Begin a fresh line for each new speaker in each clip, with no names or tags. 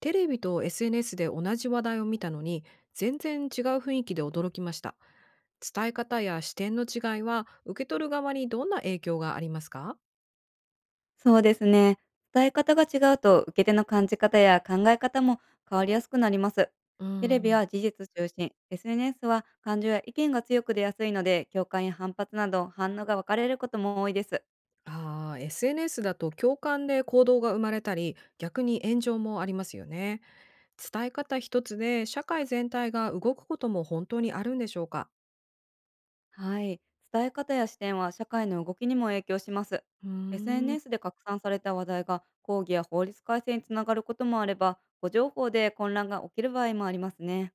テレビと SNS で同じ話題を見たのに全然違う雰囲気で驚きました。伝え方や視点の違いは受け取る側にどんな影響がありますか？
そうですね。伝え方が違うと受け手の感じ方や考え方も変わりやすくなります。
うー
テレビ
ん、
は事実中心、SNS は感情や意見が強く出やすいので、共感や反発など反応が分かれることも多いです。
ああー SNS だと共感で行動が生まれたり逆に炎上もありますよね。伝え方一つで社会全体が動くことも本当にあるんでしょうか？
はい。伝え方や視点は社会の動きにも影響します。
うーん。
SNS で拡散された話題が抗議や法律改正につながることもあれば、誤情報で混乱が起きる場合もありますね。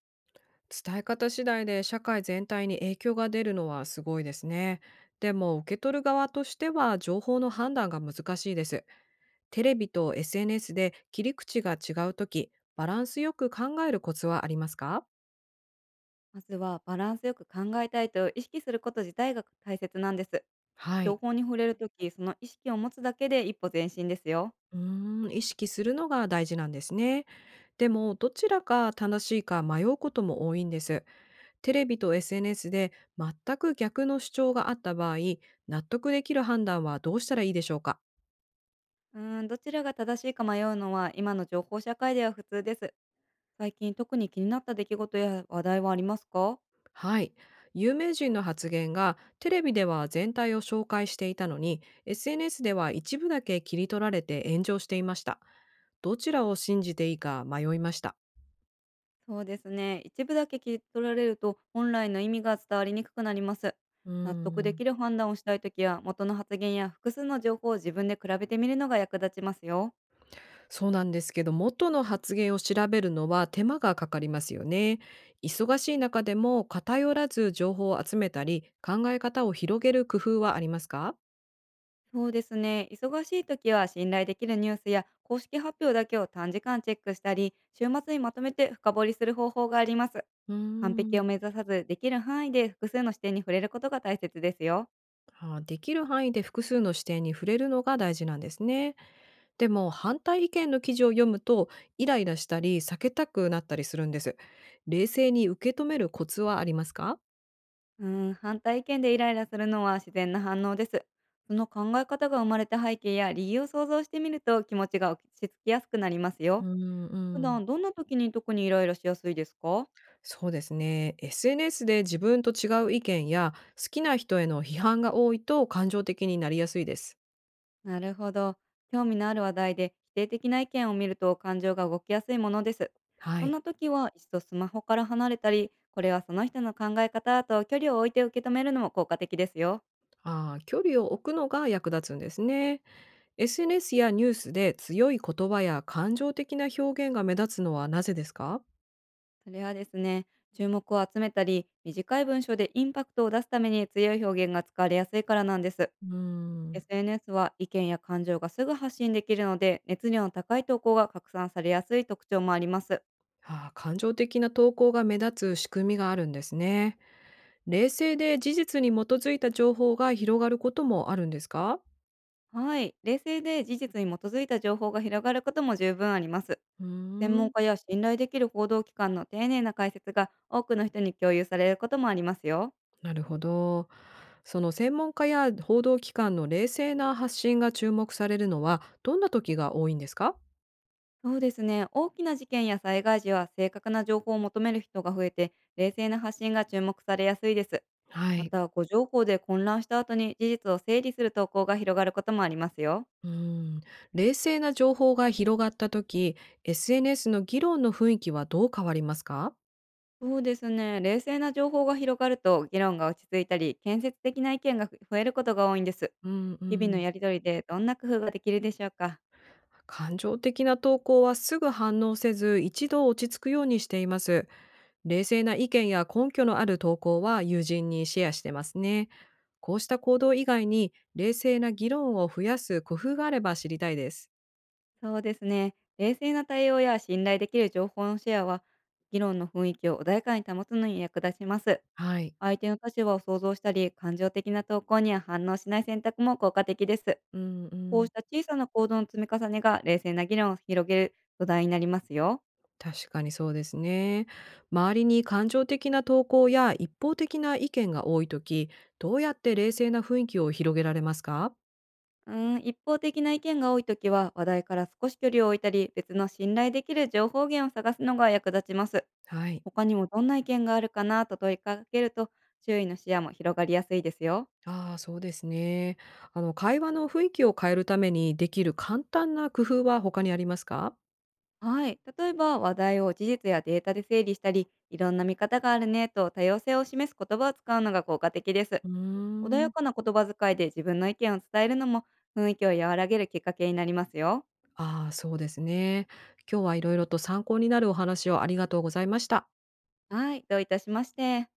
伝え方次第で社会全体に影響が出るのはすごいですね。でも受け取る側としては情報の判断が難しいです。テレビと SNS で切り口が違うとき、バランスよく考えるコツはありますか？
まずはバランスよく考えたいと意識すること自体が大切なんです。
は
情
い。
報に触れるとき、その意識を持つだけで一歩前進ですよ。
意識するのが大事なんですね。でもどちらか正しいか迷うことも多いんです。テレビと SNS で全く逆の主張があった場合、納得できる判断はどうしたらいいでしょうか？
どちらが正しいか迷うのは今の情報社会では普通です。最近特に気になった出来事や話題はありますか？
はい。有名人の発言がテレビでは全体を紹介していたのに SNS では一部だけ切り取られて炎上していました。どちらを信じていいか迷いました。
そうですね。一部だけ切り取られると本来の意味が伝わりにくくなります。
うー
納得で
ん。
きる判断をしたいときは、元の発言や複数の情報を自分で比べてみるのが役立ちますよ。
そうなんですけど元の発言を調べるのは手間がかかりますよね。忙しい中でも偏らず情報を集めたり考え方を広げる工夫はありますか？
そうですね。忙しい時は、信頼できるニュースや公式発表だけを短時間チェックしたり、週末にまとめて深掘りする方法があります。
うー
完璧
ん。
を目指さず、できる範囲で複数の視点に触れることが大切ですよ。
はあ、できる範囲で複数の視点に触れるのが大事なんですね。でも反対意見の記事を読むとイライラしたり避けたくなったりするんです。冷静に受け止めるコツはありますか？
反対意見でイライラするのは自然な反応です。その考え方が生まれた背景や理由を想像してみると、気持ちが落ち着きやすくなります
う
よ。
んう
普
ん。
段どんな時に特にイライラしやすいですか？
そうですね。SNS で自分と違う意見や好きな人への批判が多いと感情的になりやすいです。
なるほど。興味のある話題で否定的な意見を見ると、感情が動きやすいものです。
は
そん
い。
な時は一度スマホから離れたり、これはその人の考え方と距離を置いて受け止めるのも効果的ですよ。
ああ、距離を置くのが役立つんですね。SNS やニュースで強い言葉や感情的な表現が目立つのはなぜですか？
それはですね、注目を集めたり、短い文章でインパクトを出すために強い表現が使われやすいからなんです。
うーん。
SNS は意見や感情がすぐ発信できるので、熱量の高い投稿が拡散されやすい特徴もあります。
ああ、感情的な投稿が目立つ仕組みがあるんですね。冷静で事実に基づいた情報が広がることもあるんですか？
はい、冷静で事実に基づいた情報が広がることも十分あります。
うー
専門
ん。
家や信頼できる報道機関の丁寧な解説が多くの人に共有されることもありますよ。
なるほど。その専門家や報道機関の冷静な発信が注目されるのはどんな時が多いんですか？
そうですね。大きな事件や災害時は正確な情報を求める人が増えて、冷静な発信が注目されやすいです。
は
ま
い。
た、誤情報で混乱した後に事実を整理する投稿が広がることもありますよ。
うーん。冷静な情報が広がった時、SNS の議論の雰囲気はどう変わりますか？
そうですね。冷静な情報が広がると、議論が落ち着いたり、建設的な意見が増えることが多いんです。
うんう
日々の
ん。
やりとりでどんな工夫ができるでしょうか？
感情的な投稿はすぐ反応せず一度落ち着くようにしています。冷静な意見や根拠のある投稿は友人にシェアしてますね。こうした行動以外に冷静な議論を増やす工夫があれば知りたいです。
そうですね。冷静な対応や信頼できる情報のシェアは、議論の雰囲気を穏やかに保つのに役立ちます。
はい。
相手の立場を想像したり、感情的な投稿には反応しない選択も効果的です。
うんう
こうし
ん。
た小さな行動の積み重ねが冷静な議論を広げる土台になりますよ。
確かにそうですね。周りに感情的な投稿や一方的な意見が多い時、どうやって冷静な雰囲気を広げられますか？
一方的な意見が多いときは、話題から少し距離を置いたり、別の信頼できる情報源を探すのが役立ちます。
はい。
他にもどんな意見があるかなと問いかけると、周囲の視野も広がりやすいですよ。
ああ、そうですね。会話の雰囲気を変えるためにできる簡単な工夫は他にありますか？
はい。例えば、話題を事実やデータで整理したり、いろんな見方があるねと多様性を示す言葉を使うのが効果的です。
うー
穏や
ん。
かな言葉遣いで自分の意見を伝えるのも、雰囲気を和らげるきっかけになりますよ。
ああ、そうですね。今日はいろいろと参考になるお話をありがとうございました。
はい。どういたしまして。